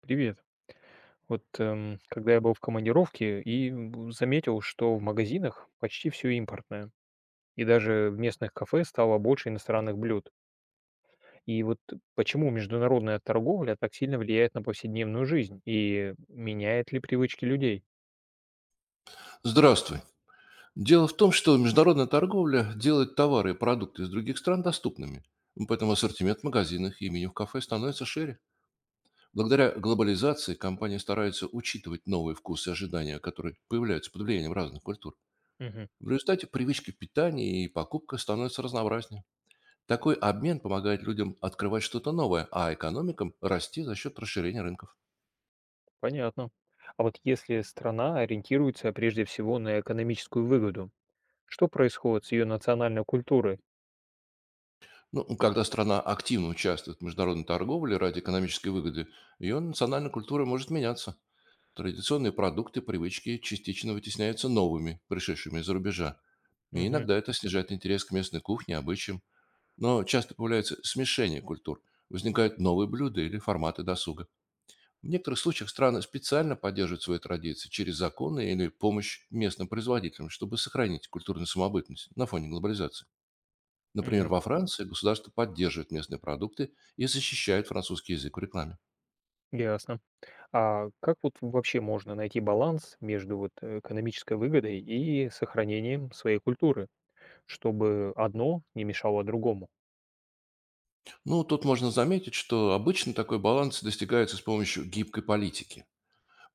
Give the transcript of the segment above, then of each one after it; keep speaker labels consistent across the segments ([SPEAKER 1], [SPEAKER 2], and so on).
[SPEAKER 1] Привет. Когда я был в командировке заметил, что в магазинах почти все импортное. И даже в местных кафе стало больше иностранных блюд. И вот почему международная торговля так сильно влияет на повседневную жизнь и меняет ли привычки людей?
[SPEAKER 2] Здравствуй. Дело в том, что международная торговля делает товары и продукты из других стран доступными, поэтому ассортимент в магазинах и меню в кафе становится шире. Благодаря глобализации компании стараются учитывать новые вкусы и ожидания, которые появляются под влиянием разных культур.
[SPEAKER 1] Мгм.
[SPEAKER 2] В результате привычки питания и покупка становятся разнообразнее. Такой обмен помогает людям открывать что-то новое, а экономикам расти за счет расширения рынков.
[SPEAKER 1] Понятно. А вот если страна ориентируется прежде всего на экономическую выгоду, что происходит с ее национальной культурой?
[SPEAKER 2] Ну, когда страна активно участвует в международной торговле ради экономической выгоды, ее национальная культура может меняться. Традиционные продукты, привычки частично вытесняются новыми, пришедшими из-за рубежа. И
[SPEAKER 1] Мгм.
[SPEAKER 2] иногда это снижает интерес к местной кухне, обычаям. Но часто появляется смешение культур. Возникают новые блюда или форматы досуга. В некоторых случаях страны специально поддерживают свои традиции через законы или помощь местным производителям, чтобы сохранить культурную самобытность на фоне глобализации. Например,
[SPEAKER 1] Мгм.
[SPEAKER 2] во Франции государство поддерживает местные продукты и защищает французский язык в рекламе.
[SPEAKER 1] Ясно. А как вот вообще можно найти баланс между экономической выгодой и сохранением своей культуры, чтобы одно не мешало другому?
[SPEAKER 2] Ну, тут можно заметить, что обычно такой баланс достигается с помощью гибкой политики.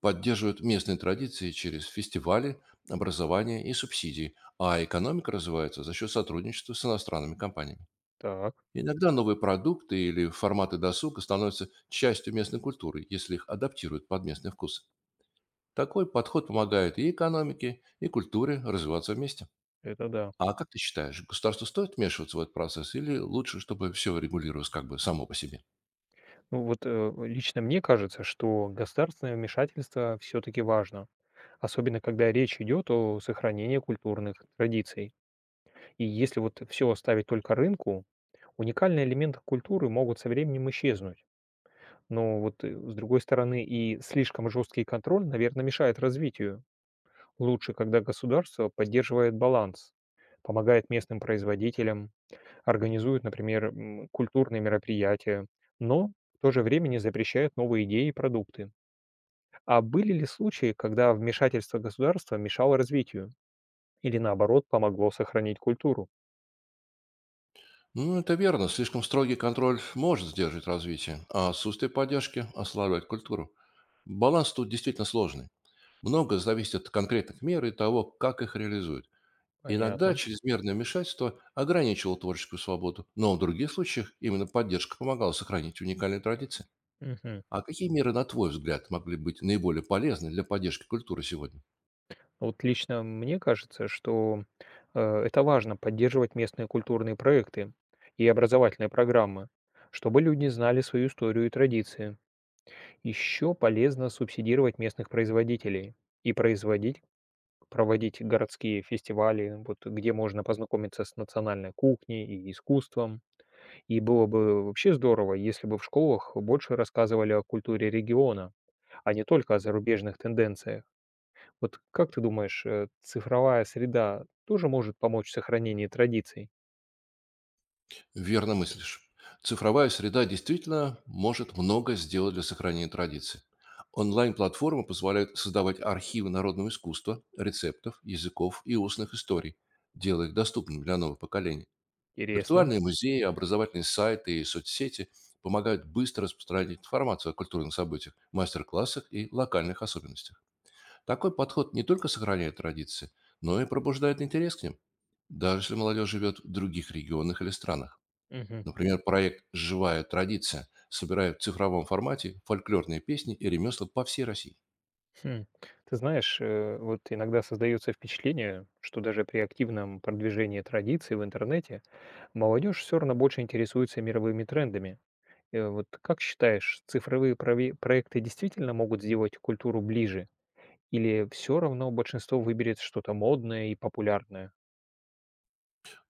[SPEAKER 2] Поддерживают местные традиции через фестивали, образование и субсидии, а экономика развивается за счет сотрудничества с иностранными компаниями.
[SPEAKER 1] Так,
[SPEAKER 2] Иногда новые продукты или форматы досуга становятся частью местной культуры, если их адаптируют под местный вкус. Такой подход помогает и экономике, и культуре развиваться вместе.
[SPEAKER 1] это да.
[SPEAKER 2] А как ты считаешь, государству стоит вмешиваться в этот процесс или лучше, чтобы все регулировалось как бы само по себе?
[SPEAKER 1] Лично мне кажется, что государственное вмешательство все-таки важно, особенно когда речь идет о сохранении культурных традиций. И если вот все оставить только рынку, уникальные элементы культуры могут со временем исчезнуть. Но с другой стороны и слишком жесткий контроль, наверное, мешает развитию. Лучше, когда государство поддерживает баланс, помогает местным производителям, организует, например, культурные мероприятия, но в то же время не запрещает новые идеи и продукты. А были ли случаи, когда вмешательство государства мешало развитию или наоборот помогло сохранить культуру?
[SPEAKER 2] Ну, это верно. Слишком строгий контроль может сдерживать развитие, а отсутствие поддержки ослабляет культуру. Баланс тут действительно сложный. Многое зависит от конкретных мер и того, как их реализуют. Иногда
[SPEAKER 1] Понятно.
[SPEAKER 2] чрезмерное вмешательство ограничивало творческую свободу, но в других случаях именно поддержка помогала сохранить уникальные традиции.
[SPEAKER 1] Мгм.
[SPEAKER 2] А какие меры, на твой взгляд, могли быть наиболее полезны для поддержки культуры сегодня?
[SPEAKER 1] Вот лично мне кажется, что это важно поддерживать местные культурные проекты и образовательные программы, чтобы люди знали свою историю и традиции. Еще полезно субсидировать местных производителей и производить, проводить городские фестивали, вот, где можно познакомиться с национальной кухней и искусством. И было бы вообще здорово, если бы в школах больше рассказывали о культуре региона, а не только о зарубежных тенденциях. Вот как ты думаешь, цифровая среда тоже может помочь в сохранении традиций?
[SPEAKER 2] Верно мыслишь. Цифровая среда действительно может много сделать для сохранения традиций. Онлайн-платформы позволяют создавать архивы народного искусства, рецептов, языков и устных историй, делая их доступными для новых поколений.
[SPEAKER 1] Интересно.
[SPEAKER 2] Виртуальные музеи, образовательные сайты и соцсети помогают быстро распространять информацию о культурных событиях, мастер-классах и локальных особенностях. Такой подход не только сохраняет традиции, но и пробуждает интерес к ним, даже если молодежь живет в других регионах или странах.
[SPEAKER 1] Мгм.
[SPEAKER 2] Например, проект «Живая традиция» собирает в цифровом формате фольклорные песни и ремесла по всей России.
[SPEAKER 1] Хм. Ты знаешь, вот иногда создается впечатление, что даже при активном продвижении традиций в интернете молодежь все равно больше интересуется мировыми трендами. Вот как считаешь, проекты действительно могут сделать культуру ближе? Или все равно большинство выберет что-то модное и популярное?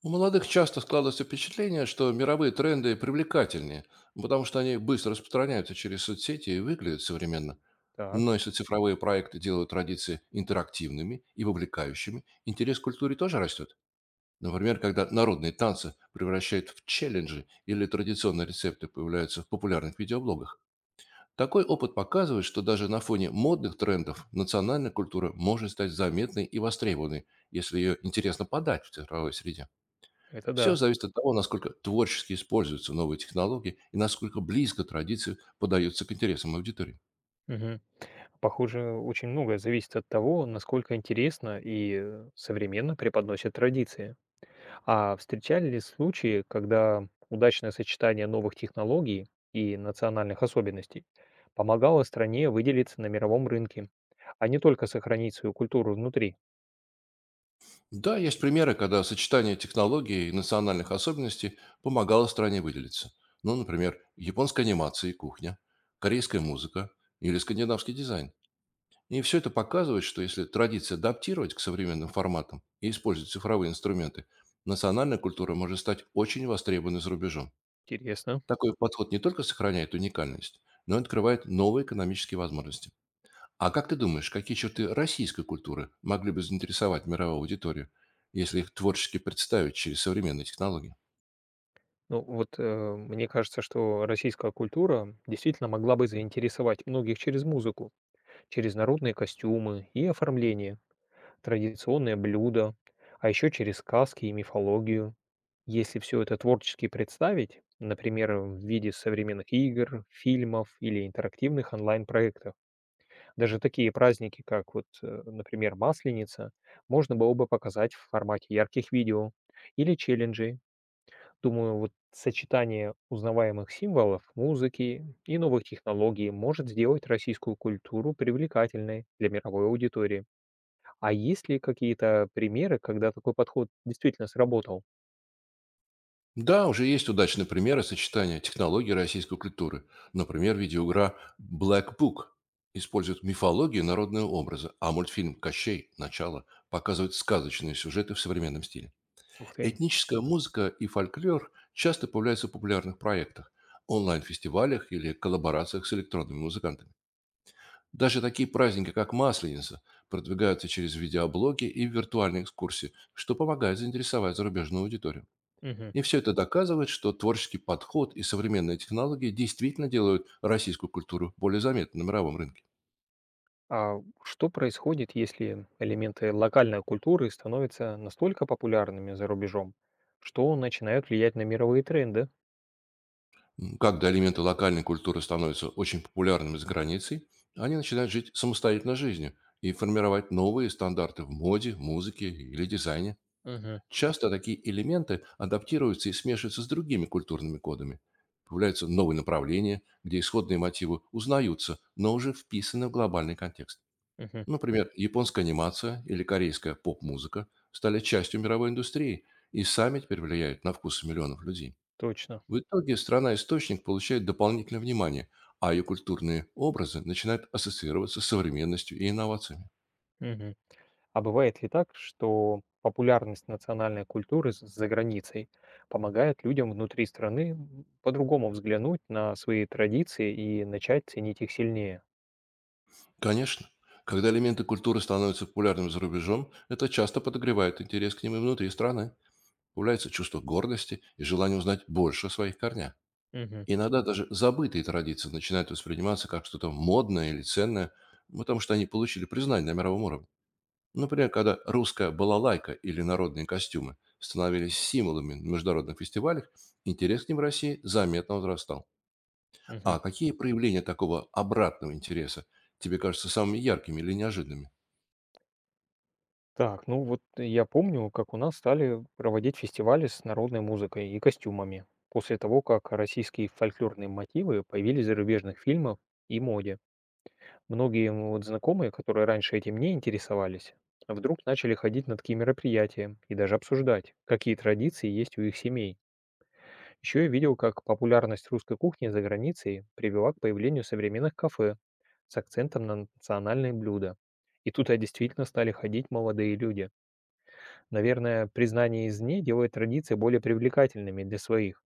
[SPEAKER 2] У молодых часто складывается впечатление, что мировые тренды привлекательнее, потому что они быстро распространяются через соцсети и выглядят современно.
[SPEAKER 1] Так,
[SPEAKER 2] Но если цифровые проекты делают традиции интерактивными и вовлекающими, интерес к культуре тоже растет. Например, когда народные танцы превращают в челленджи или традиционные рецепты появляются в популярных видеоблогах. Такой опыт показывает, что даже на фоне модных трендов национальная культура может стать заметной и востребованной, если ее интересно подать в цифровой среде.
[SPEAKER 1] это
[SPEAKER 2] Все
[SPEAKER 1] да.
[SPEAKER 2] зависит от того, насколько творчески используются новые технологии и насколько близко традиции подаются к интересам аудитории.
[SPEAKER 1] Мгм. Похоже, очень многое зависит от того, насколько интересно и современно преподносят традиции. А встречали ли случаи, когда удачное сочетание новых технологий и национальных особенностей помогало стране выделиться на мировом рынке, а не только сохранить свою культуру внутри?
[SPEAKER 2] Да, есть примеры, когда сочетание технологий и национальных особенностей помогало стране выделиться. Ну, например, японская анимация и кухня, корейская музыка или скандинавский дизайн. И все это показывает, что если традиции адаптировать к современным форматам и использовать цифровые инструменты, национальная культура может стать очень востребованной за рубежом.
[SPEAKER 1] Интересно.
[SPEAKER 2] Такой подход не только сохраняет уникальность, но и открывает новые экономические возможности. А как ты думаешь, какие черты российской культуры могли бы заинтересовать мировую аудиторию, если их творчески представить через современные технологии?
[SPEAKER 1] Мне кажется, что российская культура действительно могла бы заинтересовать многих через музыку, через народные костюмы и оформление. Традиционные блюда, а еще через сказки и мифологию. Если все это творчески представить, например, в виде современных игр, фильмов или интерактивных онлайн-проектов, даже такие праздники, как например, Масленица, можно было бы показать в формате ярких видео или челленджей. Думаю, вот сочетание узнаваемых символов, музыки и новых технологий может сделать российскую культуру привлекательной для мировой аудитории. А есть ли какие-то примеры, когда такой подход действительно сработал?
[SPEAKER 2] Да, уже есть удачные примеры сочетания технологий российской культуры. Например, видеоигра Black Book использует мифологию и народные образы, а мультфильм «Кощей. Начало» показывает сказочные сюжеты в современном стиле.
[SPEAKER 1] Ух ты.
[SPEAKER 2] Этническая музыка и фольклор часто появляются в популярных проектах, онлайн-фестивалях или коллаборациях с электронными музыкантами. Даже такие праздники, как Масленица, продвигаются через видеоблоги и виртуальные экскурсии, что помогает заинтересовать зарубежную аудиторию.
[SPEAKER 1] Мгм.
[SPEAKER 2] И все это доказывает, что творческий подход и современные технологии действительно делают российскую культуру более заметной на мировом рынке.
[SPEAKER 1] А что происходит, если элементы локальной культуры становятся настолько популярными за рубежом, что начинают влиять на мировые тренды?
[SPEAKER 2] Когда элементы локальной культуры становятся очень популярными за границей, они начинают жить самостоятельной жизнью и формировать новые стандарты в моде, музыке или дизайне.
[SPEAKER 1] Мгм.
[SPEAKER 2] Часто такие элементы адаптируются и смешиваются с другими культурными кодами. Появляются новые направления, где исходные мотивы узнаются, но уже вписаны в глобальный контекст.
[SPEAKER 1] Мгм.
[SPEAKER 2] Например, японская анимация или корейская поп-музыка стали частью мировой индустрии и сами теперь влияют на вкусы миллионов людей.
[SPEAKER 1] Точно.
[SPEAKER 2] В итоге страна-источник получает дополнительное внимание, а ее культурные образы начинают ассоциироваться с современностью и инновациями.
[SPEAKER 1] Мгм. А бывает ли так, что популярность национальной культуры за границей помогает людям внутри страны по-другому взглянуть на свои традиции и начать ценить их сильнее?
[SPEAKER 2] Конечно, когда элементы культуры становятся популярными за рубежом, это часто подогревает интерес к ним и внутри страны. Появляется чувство гордости и желание узнать больше о своих корнях.
[SPEAKER 1] Мгм.
[SPEAKER 2] Иногда даже забытые традиции начинают восприниматься как что-то модное или ценное, потому что они получили признание на мировом уровне. Например, когда русская балалайка или народные костюмы становились символами на международных фестивалях, интерес к ним в России заметно возрастал.
[SPEAKER 1] Мгм.
[SPEAKER 2] А какие проявления такого обратного интереса тебе кажутся самыми яркими или неожиданными?
[SPEAKER 1] Так, ну вот я помню, как у нас стали проводить фестивали с народной музыкой и костюмами, после того, как российские фольклорные мотивы появились в зарубежных фильмах и моде. Многие вот знакомые, которые раньше этим не интересовались, вдруг начали ходить на такие мероприятия и даже обсуждать, какие традиции есть у их семей. Еще я видел, как популярность русской кухни за границей привела к появлению современных кафе с акцентом на национальные блюда. И тут действительно стали ходить молодые люди. Наверное, признание извне делает традиции более привлекательными для своих.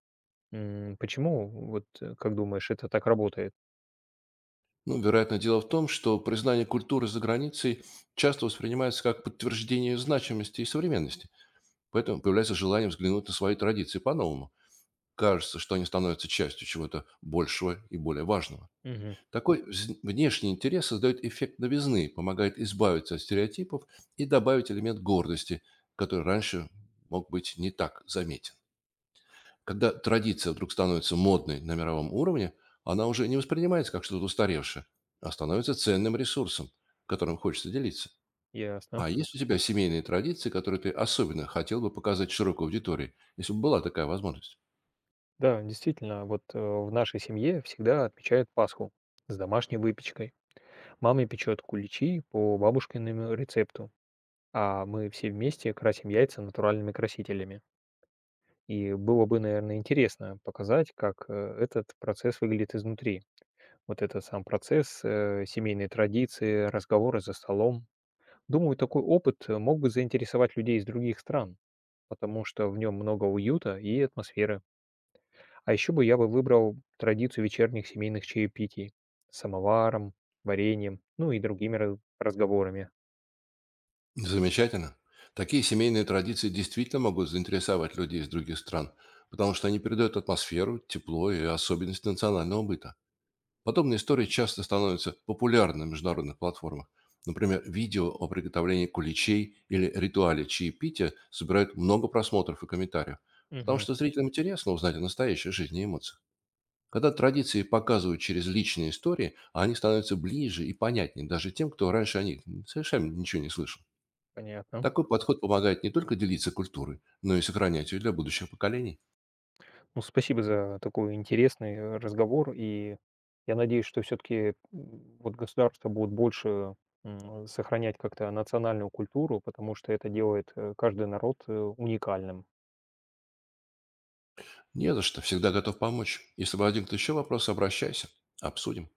[SPEAKER 1] Почему, как думаешь, это так работает?
[SPEAKER 2] Ну, вероятно, дело в том, что признание культуры за границей часто воспринимается как подтверждение значимости и современности, поэтому появляется желание взглянуть на свои традиции по-новому. Кажется, что они становятся частью чего-то большего и более важного.
[SPEAKER 1] Мгм.
[SPEAKER 2] Такой внешний интерес создает эффект новизны, помогает избавиться от стереотипов и добавить элемент гордости, который раньше мог быть не так заметен. Когда традиция вдруг становится модной на мировом уровне, она уже не воспринимается как что-то устаревшее, а становится ценным ресурсом, которым хочется делиться.
[SPEAKER 1] Ясно.
[SPEAKER 2] А есть у тебя семейные традиции, которые ты особенно хотел бы показать широкой аудитории, если бы была такая возможность?
[SPEAKER 1] Да, действительно, в нашей семье всегда отмечают Пасху с домашней выпечкой. Мама печет куличи по бабушкиному рецепту, а мы все вместе красим яйца натуральными красителями. И было бы, наверное, интересно показать, как этот процесс выглядит изнутри. Вот этот сам процесс, семейные традиции, разговоры за столом. Думаю, такой опыт мог бы заинтересовать людей из других стран, потому что в нем много уюта и атмосферы. А еще бы я бы выбрал традицию вечерних семейных чаепитий с самоваром, вареньем, ну и другими разговорами.
[SPEAKER 2] Замечательно. Такие семейные традиции действительно могут заинтересовать людей из других стран, потому что они передают атмосферу, тепло и особенность национального быта. Подобные истории часто становятся популярны на международных платформах. Например, видео о приготовлении куличей или ритуале чаепития собирают много просмотров и комментариев, потому
[SPEAKER 1] Мгм.
[SPEAKER 2] что зрителям интересно узнать о настоящей жизни и эмоциях. Когда традиции показывают через личные истории, они становятся ближе и понятнее даже тем, кто раньше о них совершенно ничего не слышал.
[SPEAKER 1] Понятно.
[SPEAKER 2] Такой подход помогает не только делиться культурой, но и сохранять ее для будущих поколений.
[SPEAKER 1] Ну, спасибо за такой интересный разговор, и я надеюсь, что все-таки вот государства будут больше сохранять как-то национальную культуру, потому что это делает каждый народ уникальным.
[SPEAKER 2] Не за что, всегда готов помочь. Если возникнут еще вопросы, обращайся, обсудим.